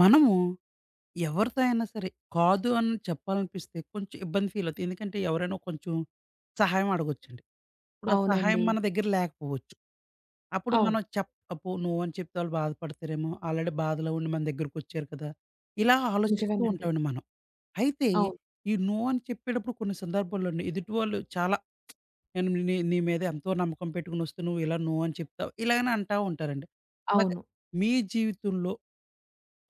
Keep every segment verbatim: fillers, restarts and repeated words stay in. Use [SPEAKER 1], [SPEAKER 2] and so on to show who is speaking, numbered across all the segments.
[SPEAKER 1] మనము ఎవరితో అయినా సరే కాదు అని చెప్పాలనిపిస్తే కొంచెం ఇబ్బంది ఫీల్ అవుతుంది. ఎందుకంటే ఎవరైనా కొంచెం సహాయం అడగొచ్చండి. ఇప్పుడు ఆ సహాయం
[SPEAKER 2] అవునండి.
[SPEAKER 1] మన దగ్గర లేకపోవచ్చు. అప్పుడు
[SPEAKER 2] అవును.
[SPEAKER 1] మనం చెప్ అబ్బో! నో అని చెప్తే వాళ్ళు బాధపడతారేమో! ఆల్రెడీ బాధలో ఉండి మన దగ్గరికొచ్చారు కదా! ఇలా ఆలోచిస్తూ
[SPEAKER 2] నిజమేనండి.
[SPEAKER 1] ఉంటామండి మనం. అయితే
[SPEAKER 2] అవును.
[SPEAKER 1] ఈ నో అని చెప్పేటప్పుడు కొన్ని సందర్భాల్లోని ఎదుటి వాళ్ళు చాలా నేను నీ నీ మీద ఎంతో నమ్మకం పెట్టుకొనొస్తే నువ్వు ఇలా నో అని చెప్తావు. ఇలాగని అంటా ఉంటారండి. అలాగే
[SPEAKER 2] అవును.
[SPEAKER 1] మీ జీవితంలో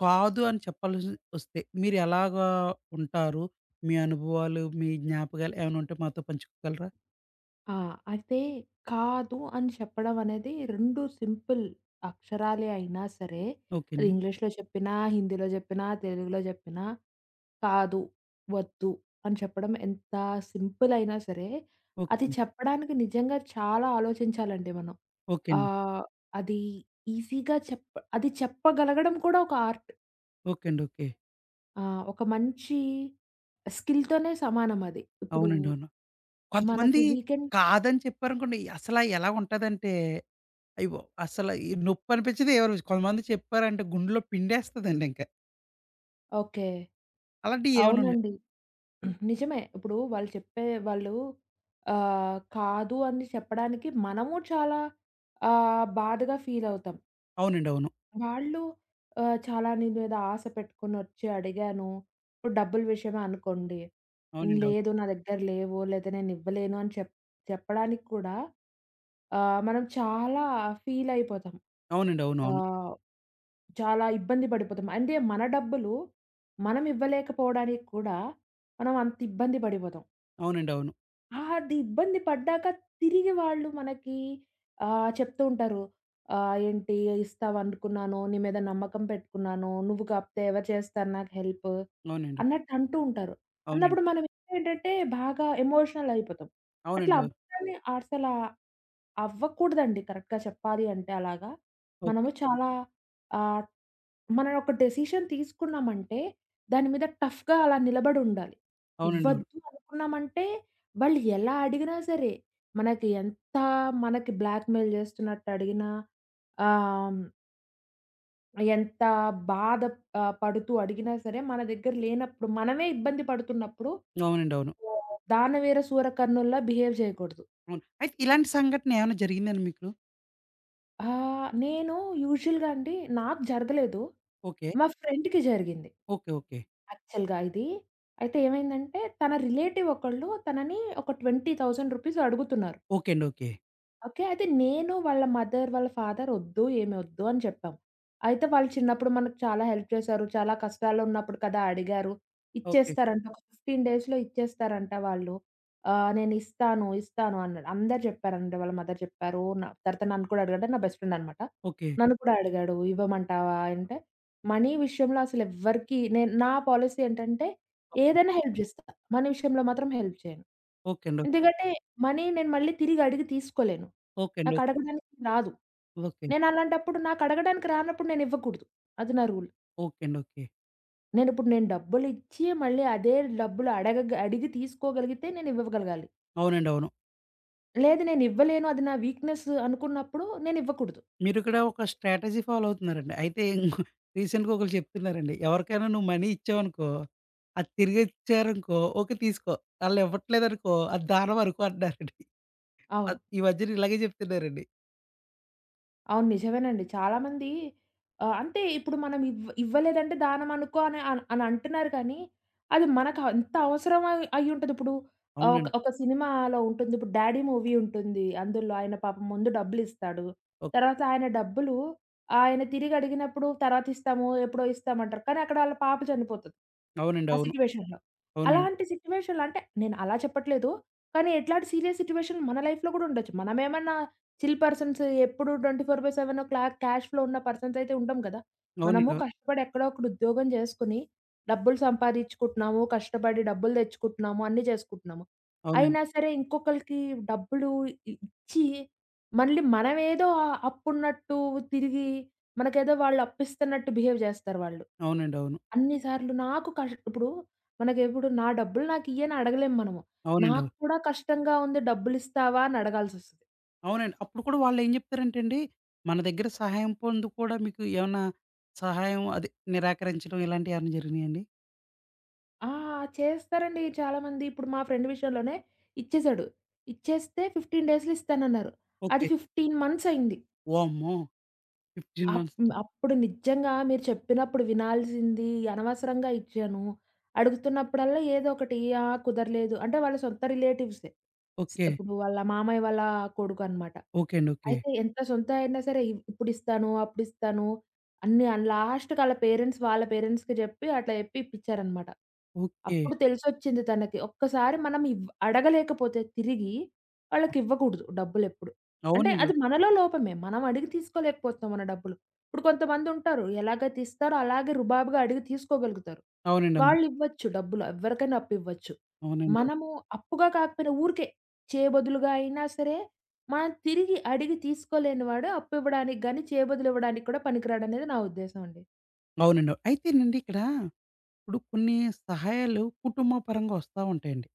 [SPEAKER 1] కాదు అని చెప్పాల్సి వస్తే మీరెలాగా ఉంటారు? మీ అనుభవాలు, మీ జ్ఞాపకాలు ఏమైనా ఉంటే మాతో పంచుకోగలరా?
[SPEAKER 2] ఆ! అయితే కాదు అని చెప్పడం అనేది రెండు సింపుల్ అక్షరాలే అయినా సరే,
[SPEAKER 1] ఓకే
[SPEAKER 2] అది
[SPEAKER 1] అండి.
[SPEAKER 2] ఇంగ్లీష్‌లో చెప్పినా, హిందీలో చెప్పినా, తెలుగులో చెప్పినా, కాదు, వద్దు అని చెప్పడం ఎంత సింపుల్ అయినా సరే,
[SPEAKER 1] ఓకే
[SPEAKER 2] అది
[SPEAKER 1] అండి.
[SPEAKER 2] చెప్పడానికి నిజంగా చాలా ఆలోచించాలండి మనం.
[SPEAKER 1] ఓకే అండి.
[SPEAKER 2] ఆహ్, అది ఈజీగా చెప్ప అది చెప్పగలగడం కూడా ఒక ఆర్ట్.
[SPEAKER 1] ఓకే అండి. ఓకే.
[SPEAKER 2] ఆ! ఒక మంచి స్కిల్‌తోనే సమానం అది. ఇప్పుడు
[SPEAKER 1] అవునండి. అవును.
[SPEAKER 2] మనకి
[SPEAKER 1] కొంతమంది
[SPEAKER 2] వీకెండ్
[SPEAKER 1] కాదని చెప్పారనుకోండి అసల ఎలా ఉంటదంటే అయ్యో! అసల ఈ నొప్పి అనిపించదు ఏమని కొంతమంది చెప్పారంటే గుండెలో పిండేస్తదండి ఇంక.
[SPEAKER 2] ఓకే.
[SPEAKER 1] అలాంటియి ఏమైనా ఉన్నాయి?
[SPEAKER 2] అవునండి. నిజమే. ఇప్పుడు వాళ్ళు చెప్పే వాళ్ళు ఆహ్, కాదు అని చెప్పడానికి మనము చాలా ఆహ్, బాధగా ఫీల్ అవుతాం.
[SPEAKER 1] అవునండి. అవును.
[SPEAKER 2] వాళ్ళు ఆహ్, చాలా నీ మీద ఆశ పెట్టుకొని వచ్చి అడిగాను. ఇప్పుడు డబ్బుల విషయమే అనుకోండి. "ఉమ్,
[SPEAKER 1] అవునండి. అవును.
[SPEAKER 2] లేదు నా దగ్గర లేవు లేదా నేను ఇవ్వలేను అని చెప్ చెప్పడానికి కూడా ఆహ్, మనం చాలా ఫీలయిపోతాం.
[SPEAKER 1] అవునండి. అవును. అవును.
[SPEAKER 2] ఆహ్, చాలా ఇబ్బంది పడిపోతాం. అంటే మన డబ్బులు మనం ఇవ్వలేకపోవడానికి కూడా మనం అంత ఇబ్బంది పడిపోతాం.
[SPEAKER 1] అవునండి. అవును.
[SPEAKER 2] ఆ, అది ఇబ్బంది పడ్డాక తిరిగి వాళ్ళు మనకి ఆహ్, చెప్తూ ఉంటారు. ఆహ్, "ఏంటి ఇస్తావనుకున్నాను, నీ మీద నమ్మకం పెట్టుకున్నాను, నువ్వు కాకపోతే ఎవరు చేస్తారు నాకు హెల్ప్"
[SPEAKER 1] అవునండి.
[SPEAKER 2] అన్నట్టు అంటూ ఉంటారు. అన్నప్పుడు
[SPEAKER 1] అవునండి.
[SPEAKER 2] మనం ఏంటంటే బాగా ఎమోషనల్ అయిపోతాం. అట్లా
[SPEAKER 1] అవునండి. అవును.
[SPEAKER 2] అవ్వగానే అసలా అవ్వకూడదండి, కరెక్ట్‌గా చెప్పాలి అంటే అలాగా. మనము
[SPEAKER 1] ఓకే.
[SPEAKER 2] హ్మ్. చాలా ఆహ్, మనం ఒక డెసిషన్ తీసుకున్నామంటే, దాని మీద టఫ్‌గా అలా నిలబడి ఉండాలి.
[SPEAKER 1] అవునండి. అవును.
[SPEAKER 2] ఇవ్వద్దు అనుకున్నామంటే, వాళ్ళు ఎలా అడిగినా సరే, మనకి ఎంత మనకి బ్లాక్‌మెయిల్ చేస్తున్నట్టు అడిగినా, ఆహ్, ఎంత బాధ ఆహ్, పడుతూ అడిగినా సరే, మన దగ్గర లేనప్పుడు మనమే ఇబ్బంది పడుతున్నప్పుడు,
[SPEAKER 1] అవునండి. అవును.
[SPEAKER 2] దానవీర సూరకర్ణుల్లా బిహేవ్ చేయకూడదు.
[SPEAKER 1] అవును. అయితే ఇలాంటి సంఘటన ఏమైనా జరిగిందండి మీకు?
[SPEAKER 2] ఆహ్, నేను యూజువల్‌గా అండి నాకు జరగలేదు.
[SPEAKER 1] ఓకే.
[SPEAKER 2] మా ఫ్రెండ్‌కి జరిగింది.
[SPEAKER 1] ఓకే. ఓకే.
[SPEAKER 2] యాక్చువల్‌గా ఇది. అయితే ఏమైందంటే తన రిలేటివ్ ఒకళ్ళు తనని ఒక రూ. ఇరవై వేలు అడుగుతున్నారు.
[SPEAKER 1] ఓకే అండి. ఓకే.
[SPEAKER 2] ఓకే. అయితే నేను వాళ్ళ మదర్, వాళ్ళ ఫాదర్ ఒద్దు, ఏమి ఒద్దు అని చెప్పాం. అయితే వాళ్ళు చిన్నప్పుడు మనకు చాలా హెల్ప్ చేశారు. చాలా కష్టాల్లో ఉన్నప్పుడు కదా అడిగారు.
[SPEAKER 1] ఓకే.
[SPEAKER 2] ఇచ్చేస్తారంట. ఒక పదిహేను డేస్‌లో ఇచ్చేస్తారంట వాళ్ళు. ఆహ్, నేనిస్తాను, ఇస్తాను ఇస్తాను అన్నాడు. అందరూ చెప్పారండి. వాళ్ళ మదర్ చెప్పారు. నా తర్వాత నన్ను కూడా అడిగాడు. అంటే నా బెస్ట్ ఫ్రెండ్ అనమాట.
[SPEAKER 1] ఓకే.
[SPEAKER 2] నన్ను కూడా అడిగాడు. ఇవ్వమంటావా అంటే, మనీ విషయంలో అసలు ఎవ్వరికీ నేను నా పాలిసీ ఏంటంటే
[SPEAKER 1] ఓకే.
[SPEAKER 2] ఏదైనా హెల్ప్ జేస్తా. మనీ విషయంలో మాత్రం హెల్ప్ చేయను.
[SPEAKER 1] ఓకే అండి.
[SPEAKER 2] ఎందుకంటే మనీ నేను మళ్ళీ తిరిగి అడిగి తీసుకోలేను.
[SPEAKER 1] ఓకే అండి. ఓకే.
[SPEAKER 2] నాకడగడానికి రాదు.
[SPEAKER 1] ఓకే.
[SPEAKER 2] నేనలాంటప్పుడు నాకడగడానికి రానప్పుడు నేనివ్వకూడదు. అది నా రూల్.
[SPEAKER 1] ఓకే అండి. ఓకే.
[SPEAKER 2] నేనిప్పుడు నేను డబ్బులిచ్చి మళ్ళీ అదే డబ్బులు అడగగ అడిగి తీసుకోగలిగితే నేనివ్వగలగాలి.
[SPEAKER 1] అవునండి. అవును.
[SPEAKER 2] లేదు నేనివ్వలేను, అది నా వీక్‌నెస్ అనుకున్నప్పుడు నేనివ్వకూడదు.
[SPEAKER 1] మీరు ఇక్కడ ఒక స్ట్రాటజీ ఫాలో అవుతున్నారండి. అయితే ఇంకో రీసెంట్‌గా ఒకళ్ళు చెప్తున్నారండి. ఎవరికైనా నువ్వు మనీ ఇచ్చావనుకో, అది తిరిగిచ్చారనుకో ఓకే తీసుకో. ఆళ్ళు ఇవ్వట్లేదనుకో అది దానం అనుకో అంటున్నారండి.
[SPEAKER 2] అవును.
[SPEAKER 1] మద్ ఈ మధ్యన ఇలాగే చెప్తున్నారండి.
[SPEAKER 2] అవును. నిజమేనండి. చాలామంది ఆహ్, అంటే ఇప్పుడు మనం ఇవ్ ఇవ్వలేదంటే దానం అనుకో అని అన్ అని అంటున్నారు కానీ, అది మనకు అంత అవసరం అయి అయ్యుంటది. ఇప్పుడు ఆహ్, ఒక
[SPEAKER 1] అవునండి.
[SPEAKER 2] ఒక సినిమాలో ఉంటుంది. ఇప్పుడు 'డాడీ' మూవీ ఉంటుంది. అందులో ఆయన పాపం ముందు డబ్బులిస్తాడు.
[SPEAKER 1] ఓకే.
[SPEAKER 2] తర్వాత ఆయన డబ్బులు ఆయన తిరిగి అడిగినప్పుడు తర్వాత ఇస్తాము, ఎప్పుడో ఇస్తామంటారు. కానీ అక్కడ ఆళ్ళ పాప చనిపోతది.
[SPEAKER 1] అవునండి.
[SPEAKER 2] ఆ
[SPEAKER 1] అవును.
[SPEAKER 2] సిట్యుయేషన్‌లో.
[SPEAKER 1] అవునండి.
[SPEAKER 2] అలాంటి సిట్యుయేషన్‌లో అంటే నేను అలా చెప్పట్లేదు. కానీ ఎట్లాంటి సీరియస్ సిట్యుయేషన్ మన లైఫ్‌లో గూడా ఉండొచ్చు. మనమేమన్నా చిల్ పర్సన్స్ ఎప్పుడు ట్వంటీ ఫోర్ బై సెవెన్ క్లా క్యాష్ ఫ్లో ఉన్న పర్సన్స్ అయితే ఉండం కదా! మనము
[SPEAKER 1] అవునండి. అవును.
[SPEAKER 2] కష్టపడి ఎక్కడో అక్కడ ఉద్యోగం చేసుకొని, డబ్బులు సంపాదించుకుంటున్నాము, కష్టపడి డబ్బులు తెచ్చుకుంటున్నాము, అన్నీ చేసుకుంటున్నాము.
[SPEAKER 1] అవునండి.
[SPEAKER 2] అయినా సరే ఇంకొకళ్ళకి డబ్బులు ఇ ఇచ్చి, మళ్ళీ మనమేదో ఆ- అప్పున్నట్టు తిరిగి, మనకేదో వాళ్ళు అప్పిస్తున్నట్టు బిహేవ్ చేస్తారు వాళ్ళు.
[SPEAKER 1] అవునండి. అవును.
[SPEAKER 2] అన్ని సార్లు నాకు కష్ ఇప్పుడు మనకిప్పుడు నా డబ్బులు నాకియ్యి అని అడగలేం మనము.
[SPEAKER 1] అవునండి.
[SPEAKER 2] నాకు
[SPEAKER 1] అవును.
[SPEAKER 2] కూడా కష్టంగా ఉంది డబ్బులిస్తావా అని అడగాల్సొస్తది.
[SPEAKER 1] అవునండి. అప్పుడు కూడా వాళ్ళేం జెప్తారంటే అండి, మన దగ్గర సహాయం పొందు కూడా మీకు ఏమన్నా సహాయం అదే నిరాకరించడం ఇలాంటియేమన్నా జరిగినాయండి?
[SPEAKER 2] ఆ! చేస్తారండి చాలామంది. ఇప్పుడు మా ఫ్రెండ్ విషయంలోనే ఇచ్చేసాడు. ఇచ్చేస్తే పదిహేను డేస్‌లో ఇస్తానన్నారు. అది
[SPEAKER 1] ఓకే.
[SPEAKER 2] పదిహేను మంత్స్ అయింది.
[SPEAKER 1] వామ్మో! పదిహేను
[SPEAKER 2] అప్
[SPEAKER 1] మంత్స్.
[SPEAKER 2] అప్పుడు నిజంగా మీరు చెప్పినప్పుడు వినాల్సింది, అనవసరంగా ఇచ్చాను. అడుగుతున్నప్పుడల్లా ఏదో ఒకటి, ఆ! కుదరలేదు అంటే వాళ్ళ సొంత రిలేటివ్సే. స్
[SPEAKER 1] ఓకే.
[SPEAKER 2] ఇప్పుడు వాళ్ళ మామయ్య వాళ్ళ కొడుకనమాట.
[SPEAKER 1] ఓకే అండి. ఓకే.
[SPEAKER 2] అయితే ఎంత సొంత అయినా సరే ఇ ఇప్పుడిస్తాను, అప్పుడిస్తాను అన్ని అని లాస్ట్‌కి ఆళ్ళ పేరెంట్స్ వాళ్ళ పేరెంట్స్‌కి జెప్పి అట్లా జెప్పి ఇప్పిచ్చారనమాట.
[SPEAKER 1] ఓకే.
[SPEAKER 2] అప్పుడు తెలిసొచ్చింది తనకి. ఒక్కసారి మనం ఇవ్ అడగలేకపోతే తిరిగి
[SPEAKER 1] ఆ!
[SPEAKER 2] వాళ్ళకివ్వకూడదు డబ్బులెప్పుడు. అంటే
[SPEAKER 1] అవునండి.
[SPEAKER 2] అది మనలో లోపమే. మనం అడిగి తీసుకోలేకపోతున్నాం మన డబ్బులు. ఇప్పుడు కొంతమందుంటారు ఎలాగైతే ఇస్తారో అలాగే రుబాబుగా అడిగి తీసుకోగలుగుతారు.
[SPEAKER 1] అవునండి. అవును.
[SPEAKER 2] వాళ్ళివ్వచ్చు డబ్బులు ఎవరికైనా అప్పివ్వచ్చు.
[SPEAKER 1] అవునండి. అవును.
[SPEAKER 2] మనము అప్పుగా కాకపోయినా ఊరికే చేయబదులుగా అయినా సరే మనం తిరిగి అడిగి తీసుకోలేనివాడు అప్పివ్వడానికి గాని, చేబదులివ్వడానికి కూడా పనికిరాడనేది నా ఉద్దేశం అండి.
[SPEAKER 1] అవునండి. అవును. అయితేనండి ఇక్కడ ఇప్పుడు కొన్ని సహాయాలు కుటుంబ పరంగా వస్తా ఉంటాయండి.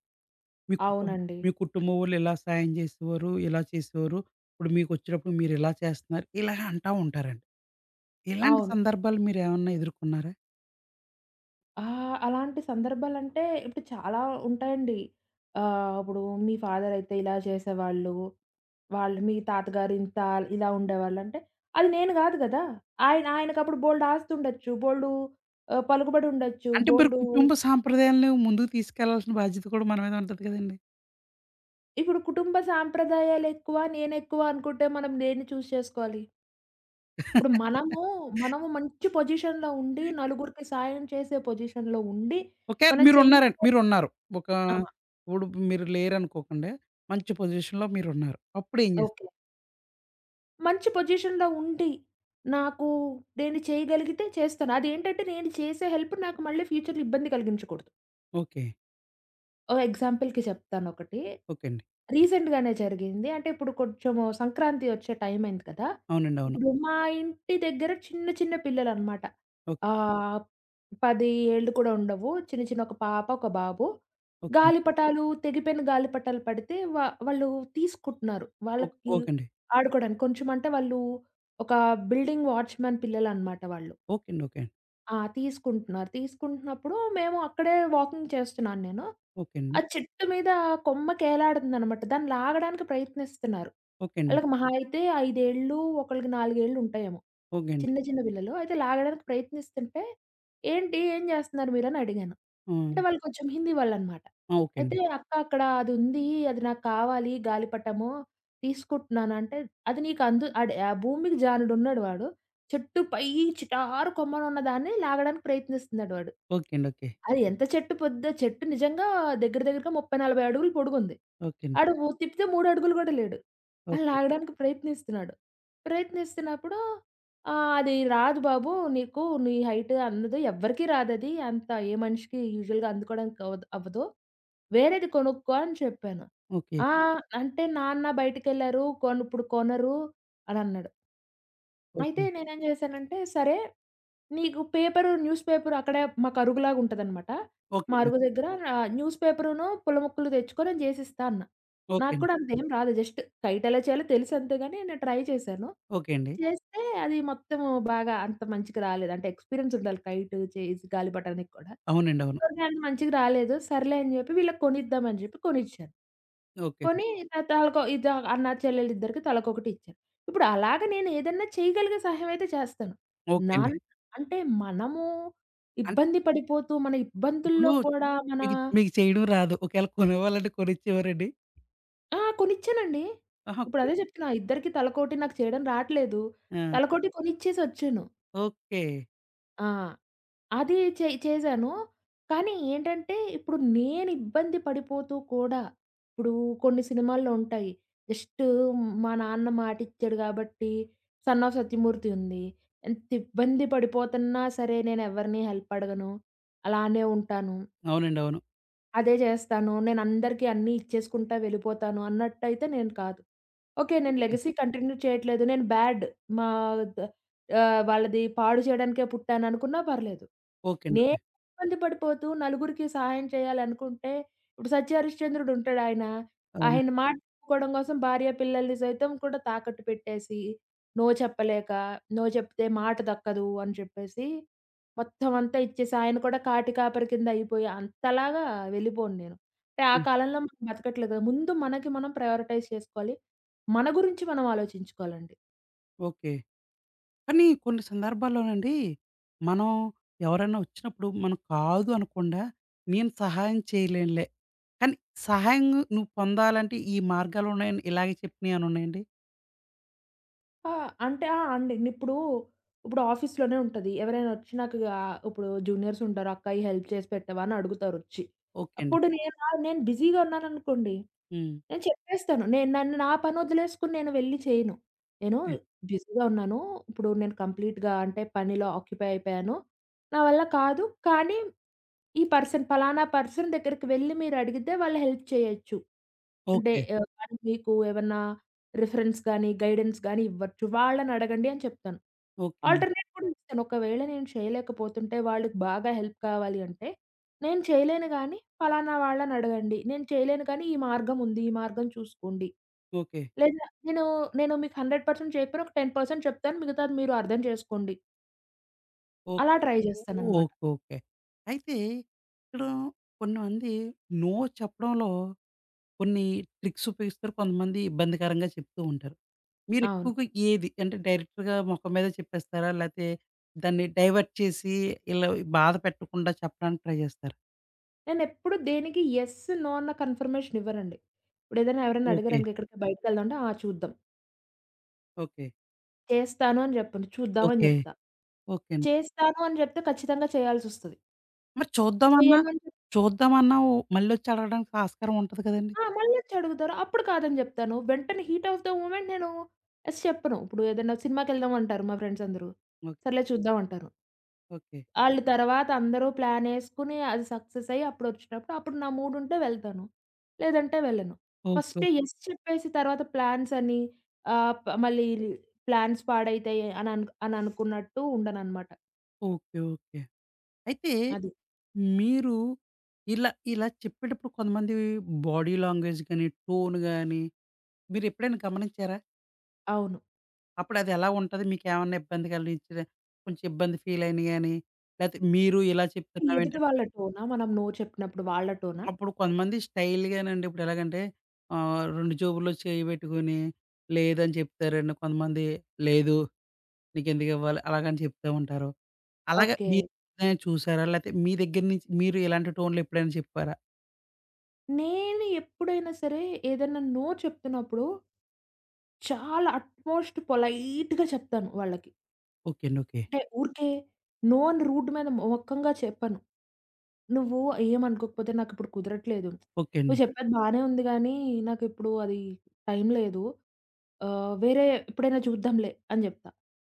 [SPEAKER 1] మీ కుటుం
[SPEAKER 2] అవునండి.
[SPEAKER 1] మీ కుటుంబం వోళ్ళు ఇలా సాయం జేసేవారు, ఇలా చేసేవారు. ఇప్పుడు మీకొచ్చినప్పుడు మీరిలా చేస్తున్నారు. ఇలా అంటా ఉంటారండి. ఇలాంటి
[SPEAKER 2] అవును.
[SPEAKER 1] సందర్భాలు మీరేమన్నా ఎదుర్కొన్నారా?
[SPEAKER 2] ఆ! అలాంటి సందర్భాలంటే ఇప్పుడు చాలా ఉంటాయండి. ఆహ్, ఇప్పుడు మీ ఫాదరయితే ఇలా చేసేవాళ్ళు. వాళ్ళు మీ తాతగారు ఇంత ఇలా ఉండేవాళ్ళంటే, అది నేను గాదు గదా! ఆయన ఆయనకప్పుడు బోలెడు ఆస్తుండొచ్చు. బోలెడు ఆహ్, పలుకుబడి ఉండొచ్చు.
[SPEAKER 1] అంటే మరి
[SPEAKER 2] బోలెడు.
[SPEAKER 1] కుటుంబ సాంప్రదాయాలను ముందుకు తీసుకెళ్లాల్సిన బాధ్యత కూడా మన మీద ఉంటది కదండీ!
[SPEAKER 2] ఇప్పుడు కుటుంబ సాంప్రదాయాలెక్కువ, నేనెక్కువ అనుకుంటే మనం దేన్ని చూజ్ చేసుకోవాలి? ఇప్పుడు మనము, మనము మంచి పొజిషన్‌లో ఉండి, నలుగురికి సాయం చేసే పొజిషన్‌లో ఉండి,
[SPEAKER 1] ఓకే.
[SPEAKER 2] మనం
[SPEAKER 1] మీరున్నారండి.
[SPEAKER 2] చేయకపోతే.
[SPEAKER 1] మీరున్నారు. ఒక
[SPEAKER 2] ఆ!
[SPEAKER 1] ఇప్పుడు మీరు లేరనుకోకండి. మంచి పొజిషన్‌లో మీరున్నారు. అప్పుడేం చేస్తారు?
[SPEAKER 2] ఓకే. మంచి పొజిషన్‌లో ఉండి, నాకు నేను చేయగలిగితే చేస్తాను. అదేంటంటే నేను చేసే హెల్ప్ నాకు మళ్ళీ ఫ్యూచర్‌లో ఇబ్బంది కలిగించకూడదు.
[SPEAKER 1] ఓకే.
[SPEAKER 2] ఓ ఎగ్జాంపుల్‌కి చెప్తానొకటి.
[SPEAKER 1] ఓకే అండి.
[SPEAKER 2] రీసెంట్‌గానే జరిగింది. అంటే ఇప్పుడు కొంచెము సంక్రాంతి వచ్చే టైం అయింది కదా!
[SPEAKER 1] అవునండి. అవును.
[SPEAKER 2] ఇప్పుడు మా ఇంటి దగ్గర చిన్న చిన్న పిల్లలనమాట.
[SPEAKER 1] ఓకే.
[SPEAKER 2] ఆహ్, పది ఏళ్ళు కూడా ఉండవు. చిన్న చిన్న ఒక పాప, ఒక బాబు.
[SPEAKER 1] ఓకే అండి.
[SPEAKER 2] గాలిపటాలు తెగిపోయిన గాలిపటాలు పడితే వా వాళ్ళు తీసుకుంటున్నారు.
[SPEAKER 1] ఓక్
[SPEAKER 2] వాళ్ళకి
[SPEAKER 1] ఓకే అండి.
[SPEAKER 2] ఆడుకోవడానికి కొంచెం, అంటే వాళ్ళు ఒక బిల్డింగ్ వాచ్‌మెన్ పిల్లలనమాట వాళ్ళు.
[SPEAKER 1] ఓకే అండి.
[SPEAKER 2] ఆ! తీసుకుంటున్నారు. తీసుకుంటున్నప్పుడు మేము అక్కడే వాకింగ్ చేస్తున్నాను నేను.
[SPEAKER 1] ఓకే అండి.
[SPEAKER 2] ఆ చెట్టు మీద కొమ్మకేలాడుతుందనమాట. దాన్ని లాగడానికి ప్రయత్నిస్తున్నారు.
[SPEAKER 1] ఓకే అండి.
[SPEAKER 2] ఆళ్ళకి మహా అయితే ఐదు ఏళ్ళు, ఒకళ్ళకి నాలుగు ఏళ్ళు ఉంటాయేమో.
[SPEAKER 1] ఓకే అండి. ఓకే అండి.
[SPEAKER 2] చిన్న చిన్న బిళ్ళలు. అయితే లాగడానికి ప్రయత్నిస్తుంటే, "ఏంటి? ఏం జేస్తున్నారు మీరు?" అని అడిగాను.
[SPEAKER 1] ఆ!
[SPEAKER 2] అంటే వాళ్ళు కొంచెం హిందీ వాళ్ళనమాట.
[SPEAKER 1] ఆ! ఓకే
[SPEAKER 2] అయితే,
[SPEAKER 1] అండి.
[SPEAKER 2] "అక్క అక్కడ అది ఉంది. అది నాకు కావాలి గాలిపటము. తీసుకుంటున్నాను" అంటే, "అది నీకు అందు అడ్ ఆ భూమికి జానుడున్నాడు వాడు. చెట్టు పై చిటారు కొమ్మనున్న దాన్ని లాగడానికి ప్రయత్నిస్తున్నాడు వాడు.
[SPEAKER 1] ఓకే అండి.
[SPEAKER 2] అది ఎంత చెట్టు పొద్ద చెట్టు నిజంగా దగ్గర దగ్గరగా ముప్పై, నలభై అడుగులు పొడుగుంది.
[SPEAKER 1] ఓకే.
[SPEAKER 2] ఆడు ఊ తిప్పితే మూడు అడుగులు గూడా లేడు." ఆ!
[SPEAKER 1] ఓకే అండి.
[SPEAKER 2] లాగడానికి ప్రయత్నిస్తున్నాడు. ప్రయత్నిస్తున్నప్పుడు ఆహ్, "అది రాదు బాబు నీకు, నీ హైట్ అందదు, ఎవ్వరికీ రాదది. అంత ఏ మనిషికి యూజువల్‌గా అందుకోవడానికి అవ్వదు అవ్వదు. వేరేది కొనుక్కో" అని చెప్పాను.
[SPEAKER 1] ఓకే.
[SPEAKER 2] "ఆ! అంటే నాన్న బయటికెళ్లారు. కొను ఇప్పుడు కొనరు" అని అన్నాడు. అయితే
[SPEAKER 1] ఓకే. ఓకే.
[SPEAKER 2] నేనేం చేశానంటే, సరే నీకు పేపరు న్యూస్ పేపర్, అక్కడే మాకు అరుగులాగా ఉంటదనమాట.
[SPEAKER 1] ఓకే
[SPEAKER 2] మా
[SPEAKER 1] అండి.
[SPEAKER 2] అరుగు దగ్గర ఆహ్, న్యూస్ పేపరును, పుల్ల ముక్కలు తెచ్చుకో నేను చేసిస్తా అన్నా.
[SPEAKER 1] ఓకే
[SPEAKER 2] నాకు
[SPEAKER 1] అండి.
[SPEAKER 2] కూడా అంతేం రాదు. జస్ట్ కైట్ ఎలా చేయాలో తెలుసు అంతే గాని, నేను ట్రై చేశాను.
[SPEAKER 1] ఓకే అండి.
[SPEAKER 2] చేస్తే అది మొత్తము బాగా అంత మంచిగా రాలేదు. అంటే ఎక్స్‌పీరియన్స్ ఉండాలి కైట్ చేసి గాలి పట్టడానికి కూడా.
[SPEAKER 1] అవునండి. అవును.
[SPEAKER 2] కానీ అది మంచిగా రాలేదు. సర్లే అని జెప్పి వీళ్ళకి కొనిద్దాం అని జెప్పి కొనిచ్చాను.
[SPEAKER 1] ఓకే అండి.
[SPEAKER 2] కొని త తలకో ఇది, అన్న చెల్లెలిద్దరికి తలకొకటి ఇచ్చాను. ఇప్పుడు అలాగ నేను ఏదన్నా చేయగలిగే సహాయం అయితే చేస్తాను.
[SPEAKER 1] ఓకే అండి.
[SPEAKER 2] నాన్ అంటే మనము
[SPEAKER 1] అంటే
[SPEAKER 2] ఇబ్బంది పడిపోతూ మన ఇబ్బందుల్లో
[SPEAKER 1] ఇప్పుడు
[SPEAKER 2] కూడా మన.
[SPEAKER 1] మీకు మీకు చేయడం రాదు. ఒకవేళ కొనివ్వాలంటే కొనిచ్చేవారండి?
[SPEAKER 2] ఆ! కొనిచ్చానండి.
[SPEAKER 1] ఆహా!
[SPEAKER 2] ఇప్పుడు
[SPEAKER 1] కొని
[SPEAKER 2] అదే జెప్తున్నా ఇద్దరికీ తలకోటి, నాకు చేయడం రాట్లేదు.
[SPEAKER 1] ఆ!
[SPEAKER 2] తలకోటి కొనిచ్చేసొచ్చాను.
[SPEAKER 1] ఓకే.
[SPEAKER 2] ఆ! అది చే చేశాను. కానీ ఏంటంటే, ఇప్పుడు నేను ఇబ్బంది పడిపోతూ కూడా, ఇప్పుడు కొన్ని సినిమాల్లో ఉంటాయి. జస్ట్ మా నాన్న మాటిచ్చాడు కాబట్టి 'సన్ ఆఫ్ సత్యమూర్తి' ఉంది. ఎంత ఇబ్బంది పడిపోతున్నా సరే, నేను ఎవరిని హెల్ప్ అడగను. అలానే ఉంటాను.
[SPEAKER 1] అవునండి. అవును.
[SPEAKER 2] అదే చేస్తాను. నేను అందరికీ అన్నీ ఇచ్చేసుకుంటా వెళ్ళిపోతాను అన్నట్టయితే నేను కాదు. ఓకే. నేను
[SPEAKER 1] ఓకే.
[SPEAKER 2] లెగసీ కంటిన్యూ చేయట్లేదు. నేను బ్యాడ్, మా ద ఆహ్, వాళ్ళది పాడు చేయడానికే పుట్టాననుకున్నా పర్లేదు.
[SPEAKER 1] ఓకే అండి.
[SPEAKER 2] నేను
[SPEAKER 1] ఓకే.
[SPEAKER 2] ఇబ్బంది పడిపోతూ నలుగురికి సహాయం చేయాలనుకుంటే, ఇప్పుడు 'సత్య హరిశ్చంద్రుడు' ఉంటాడు ఆయన.
[SPEAKER 1] అవును.
[SPEAKER 2] ఆయన మాట చెప్పుకోవడం కోసం భార్య పిల్లల్ని సైతం కూడా తాకట్టు పెట్టేసి, నో చెప్పలేక, నో చెప్తే మాట దక్కదు అని చెప్పేసి, మొత్తం అంతా ఇచ్చేసి ఆయన కూడా కాటి కాపరి కింద అయిపోయి అంతలాగా వెళ్ళిపోను నేను. అంటే ఆ
[SPEAKER 1] హ్మ్.
[SPEAKER 2] కాలంలో మనం బతకట్లేదు కదా! ముందు మనకి మనం ప్రయారిటైజ్ చేసుకోవాలి. మన గురించి మనం ఆలోచించుకోవాలండి.
[SPEAKER 1] ఓకే. కానీ కొన్ని సందర్భాల్లోనండి, మనం ఎవరైనా వచ్చినప్పుడు మనం కాదు అనకుండా, నేను సహాయం చేయలేనులే. కానీ సహాయం నువ్వు పొందాలంటే ఈ మార్గాలు ఉన్నాయని ఇలాగే చెప్పినయేమన్నా ఉన్నాయండి?
[SPEAKER 2] ఆ! అంటే ఆ! అండి. ఇప్పుడు, ఇప్పుడు ఆఫీస్‌లోనే ఉంటది. ఎవరైనా వచ్చి నాకు, ఆహ్, ఇప్పుడు జూనియర్స్ ఉంటారు. "అక్క ఈ హెల్ప్ చేసి పెట్టవా?" అని అడుగుతారొచ్చి.
[SPEAKER 1] ఓకే అండి.
[SPEAKER 2] అప్పుడు నేను, ఆ! నేను బిజీగా ఉన్నాననుకోండి.
[SPEAKER 1] హ్మ్.
[SPEAKER 2] నేను చెప్పేస్తాను. నేను నన్ను నా పని వదిలేసుకొని నేను వెళ్లి చేయను. నేను
[SPEAKER 1] ఓకే.
[SPEAKER 2] బిజీగా ఉన్నాను. ఇప్పుడు నేను కంప్లీట్‌గా అంటే పనిలో ఆక్యుపై అయిపోయాను. నా వల్ల కాదు. కానీ ఈ పర్సన్ పలానా పర్సన్ దగ్గరికి వెళ్లి మీరడిగితే వాళ్ళు హెల్ప్ చేయొచ్చు. అంటే
[SPEAKER 1] ఓకే.
[SPEAKER 2] ఆహ్, వాళ్ళు మీకు ఏమన్నా రిఫరెన్స్ గానీ, గైడెన్స్ గానీ ఇవ్వచ్చు. వాళ్ళనడగండి అని చెప్తాను.
[SPEAKER 1] ఓకే అండి.
[SPEAKER 2] ఆల్టర్‌నేట్ కూడా ఇస్తాను. ఒకవేళ నేను చేయలేకపోతుంటే వాళ్ళకి బాగా హెల్ప్ కావాలి అంటే, నేను చేయలేను గానీ ఫలానా వాళ్ళనడగండి. నేను చేయలేను కానీ ఈ మార్గం ఉంది. ఈ మార్గం చూసుకోండి.
[SPEAKER 1] ఓకే.
[SPEAKER 2] లేదా నేను, నేను మీకు వంద శాతం చేయకపోయినా ఒక పది శాతం చెప్తాను. మిగతాది మీరు అర్థం చేసుకోండి. అలా
[SPEAKER 1] ఓకే.
[SPEAKER 2] ట్రై చేస్తాననమాట.
[SPEAKER 1] ఓకే. ఓకే. అయితే ఇక్కడ కొంతమంది నో చెప్పడంలో కొన్ని ట్రిక్స్ ఉపయోగిస్తారు. కొంతమంది ఇబ్బందికరంగా చెప్తూ ఉంటారు. మీరు
[SPEAKER 2] అవును.
[SPEAKER 1] ఎక్కువగా ఏది అంటే డైరెక్ట్‌గా మొఖం మీద చెప్పేస్తారా? లేతే దాన్ని డైవర్ట్ చేసి ఇలా బాధ పెట్టకుండా చెప్పడానికి ట్రై చేస్తారా?
[SPEAKER 2] నేనెప్పుడు దేనికి యెస్, నో అన్న కన్ఫర్మేషన్ ఇవ్వనండి. ఇప్పుడేదైనా ఎవరైనా
[SPEAKER 1] ఓకే.
[SPEAKER 2] అడిగారనుకో ఎక్కడికో బయటికెళ్దాం అంటే, ఆ! చూద్దాం.
[SPEAKER 1] ఓకే.
[SPEAKER 2] చేస్తాను అని చెప్పను. చూద్దాం అని
[SPEAKER 1] ఓకే.
[SPEAKER 2] చెప్తా.
[SPEAKER 1] ఓకే అండి.
[SPEAKER 2] చేస్తాను అని చెప్తే ఖచ్చితంగా చేయాల్సొస్తది.
[SPEAKER 1] మరి చూద్దామన్నా,
[SPEAKER 2] చెయ్యను అని చెప్
[SPEAKER 1] చూద్దామన్నా ఓ మళ్ళొచ్చి అడగడానికి ఆస్కారం ఉంటది కదండీ!
[SPEAKER 2] ఆ! మళ్ళొచ్చి అడుగుతారు. అప్పుడు కాదని చెప్తాను. వెంటనే హీట్ ఆఫ్ ద మూమెంట్ నేను యెస్ చెప్పను. ఇప్పుడు ఏదైనా సినిమాకెళ్దాం అంటారు మా ఫ్రెండ్స్ అందరూ.
[SPEAKER 1] ఓకే.
[SPEAKER 2] సర్లే చూద్దాం అంటాను.
[SPEAKER 1] ఓకే.
[SPEAKER 2] ఆళ్ళు తర్వాత అందరూ ప్లానేసుకుని అది సక్సెస్ అయ్యి అప్పుడొచ్చినప్పుడు అప్పుడు నా మూడుంటే వెళ్తాను. లేదంటే వెళ్ళను.
[SPEAKER 1] ఓకే.
[SPEAKER 2] ఫస్టే యెస్ చెప్పేసి తర్వాత ప్లాన్సని ఆహ్, ప మళ్ళీ ప్లాన్స్ పాడైతాయి అనను, అననుకున్నట్టు ఉండననమాట.
[SPEAKER 1] ఓకే. ఓకే. అయితే
[SPEAKER 2] అది.
[SPEAKER 1] మీరు ఇలా ఇలా చెప్పేటప్పుడు కొంతమంది బాడీ లాంగ్వేజ్ గాని, టోన్ గాని మీరెప్పుడైనా గమనించారా?
[SPEAKER 2] అవును.
[SPEAKER 1] అప్పుడది ఎలా ఉంటది? మీకేమన్నా ఇబ్బంది కలిగించిన కొంచెం ఇబ్బంది ఫీల్ అయిన గాని, లేతే మీరు ఇలా చెప్తున్నావేంటి
[SPEAKER 2] ఎదుటి వాళ్ళ టోనా? మనం నో చెప్పినప్పుడు వాళ్ళ టోనా?
[SPEAKER 1] అప్పుడు కొంతమంది స్టైల్‌గానండి ఇప్పుడు ఎలాగంటే ఆహ్, రెండు జేబుల్లో చేయి పెట్టుకొని లేదని చెప్తారండి. కొంతమంది లేదు నీకెందుకివ్వాలి అలాగని చెప్తా ఉంటారు. అలాగా
[SPEAKER 2] ఓకే.
[SPEAKER 1] మీరు ఎప్పుడైనా చూసారా? లేతే మీ దగ్గర నుంచి మీరు ఇలాంటి టోన్‌లో ఎప్పుడైనా చెప్పారా?
[SPEAKER 2] నేను ఎప్పుడైనా సరే ఏదన్నా నో చెప్తున్నప్పుడు చాలా అట్‌మోస్ట్ పొలైట్‌గా చెప్తాను వాళ్ళకి.
[SPEAKER 1] ఓకే అండి. ఓకే.
[SPEAKER 2] అంటే ఊరికే నో అని రూట్ మీద మూర్ఖంగా చెప్పను. నువ్వు ఏమనుకోకపోతే నాకిప్పుడు కుదరట్లేదు.
[SPEAKER 1] ఓకే అండి.
[SPEAKER 2] నువ్వు చెప్పేది బానే ఉంది గానీ, నాకిప్పుడు అది టైం లేదు. ఆహ్, వేరే ఎప్పుడైనా చూద్దాంలే అని జెప్తా.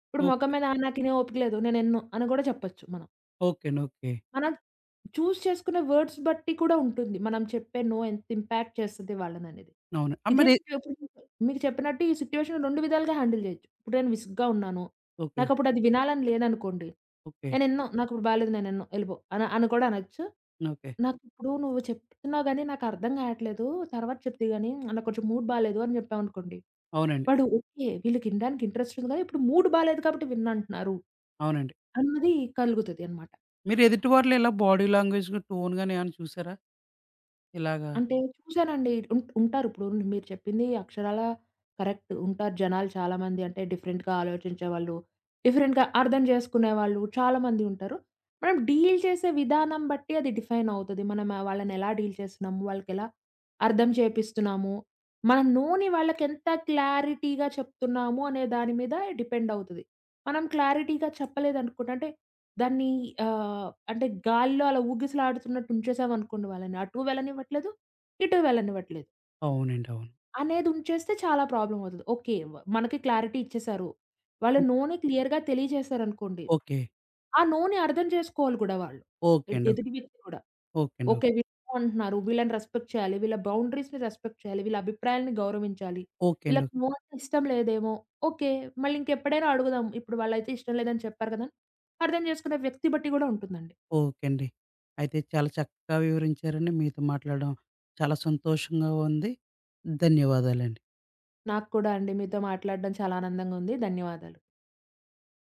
[SPEAKER 2] ఇప్పుడు మొఖం
[SPEAKER 1] ఓకే.
[SPEAKER 2] మీద, "ఆ! నాకినే ఓపిక లేదు. నేనెళ్ళను" అని గూడా చెప్పొచ్చు మనం.
[SPEAKER 1] ఓకే అండి. ఓకే.
[SPEAKER 2] మనం చూజ్ చేసుకునే వర్డ్స్ బట్టి కూడా ఉంటుంది మనం చెప్పే నో ఎంత ఇంపాక్ట్ చేస్తది వాళ్ళననేది.
[SPEAKER 1] అవును. ఆ!
[SPEAKER 2] ఇదే
[SPEAKER 1] మరి
[SPEAKER 2] సిట్యు ఇప్పుడు మీకు చెప్పినట్టు ఈ సిట్యుయేషన్ రెండు విధాలుగా హ్యాండిల్ చేయొచ్చు. ఇప్పుడు నేను విసుగ్గా ఉన్నాను.
[SPEAKER 1] ఓకే.
[SPEAKER 2] నాకప్పుడు అది వినాలని లేదనుకోండి.
[SPEAKER 1] ఓకే.
[SPEAKER 2] నేనెన్నో నాకిప్పుడు బాలేదు నేనెన్నో ఎళ్ళిపో అని అని కూడా అనొచ్చు.
[SPEAKER 1] ఓకే.
[SPEAKER 2] నాకిప్పుడు నువ్వు చెప్తున్నావు గాని నాకర్థం కావట్లేదు. తర్వాత చెప్దువు గాని నాకు కొంచెం మూడ్ బాలేదు అని చెప్పామనుకోండి.
[SPEAKER 1] అవునండి.
[SPEAKER 2] వాడు ఓకే. వీళ్ళకి ఇనడానికి ఇంట్రెస్ట్ ఉంది కదా! ఇప్పుడు మూడ్ బాలేదు కాబట్టి విన్నంటున్నారు.
[SPEAKER 1] అవునండి.
[SPEAKER 2] అన్నది కలుగుతది అనమాట.
[SPEAKER 1] మీరు ఎదుటి వారిలో ఇలా బాడీ లాంగ్వేజ్ టోన్ గాని ఏమైనా చూసారా? ఇలాగా
[SPEAKER 2] అంటే చూసానండి. ఉం ఉంటారిప్పుడు. మీరు చెప్పింది అక్షరాల కరెక్ట్. ఉంటారు జనాలు చాలామంది. అంటే డిఫరెంట్‌గా ఆలోచించేవాళ్ళు, డిఫరెంట్‌గా అర్థం చేసుకునేవాళ్ళు చాలామంది ఉంటారు. మనం డీల్ చేసే విధానం బట్టి అది డిఫైన్ అవుతది. మనం వాళ్ళనెలా డీల్ చేస్తున్నాము, వాళ్ళకెలా అర్థం చేపిస్తున్నాము, మనం నోని వాళ్ళకెంత క్లారిటీగా చెప్తున్నాము అనే దాని మీద డిపెండ్ అవుతది. మనం క్లారిటీగా చెప్పలేదనుకోండి, అంటే దాన్ని ఆహ్, అంటే గాలిలో అలా ఊగిసలాడుతున్నట్టు ఉంచేసామనుకోండి వాళ్ళని. అటు వెళ్ళనివ్వట్లేదు, ఇటు వెళ్ళనివ్వట్లేదు.
[SPEAKER 1] అవునండి. అవును.
[SPEAKER 2] అనేది ఉంచేస్తే చాలా ప్రాబ్లమ్ అవుతది. ఓకే. వ మనకి క్లారిటీ ఇచ్చేసారు. వాళ్ళు నోని క్లియర్‌గా తెలియజేశారనుకోండి.
[SPEAKER 1] ఓకే.
[SPEAKER 2] ఆ నోని అర్థం చేసుకోవాలి కూడా వాళ్ళు.
[SPEAKER 1] ఓకే
[SPEAKER 2] ఎడ్
[SPEAKER 1] అండి. ఓకే.
[SPEAKER 2] ఎదుటి వ్యక్తి కూడా.
[SPEAKER 1] ఓకే అండి.
[SPEAKER 2] ఓకే.
[SPEAKER 1] ఓకే.
[SPEAKER 2] వీళ్ళు నో అంటున్నారు. వీళ్ళని రెస్పెక్ట్ చేయాలి. వీళ్ళ బౌండరీస్‌ని రెస్పెక్ట్ చేయాలి. వీళ్ళ అభిప్రాయాల్ని గౌరవించాలి.
[SPEAKER 1] ఓకే అండి.
[SPEAKER 2] వీళ్ళకి నో అంటే ఇష్టం లేదేమో! ఓకే. మళ్ళీ ఇంకెప్పుడైనా అడుగుదాం. ఇప్పుడు వాళ్ళైతే ఇష్టం లేదని చెప్పారు కదా అని. అర్థం చేసుకునే వ్యక్తి బట్టి కూడా ఉంటుందండి.
[SPEAKER 1] ఓకే అండి. అయితే చాలా చక్కగా వివరించారండి. మీతో మాట్లాడడం చాలా సంతోషంగా ఉంది. ధన్యవాదాలండి.
[SPEAKER 2] నాకు కూడా అండి మీతో మాట్లాడడం చాలా ఆనందంగా ఉంది. ధన్యవాదాలు.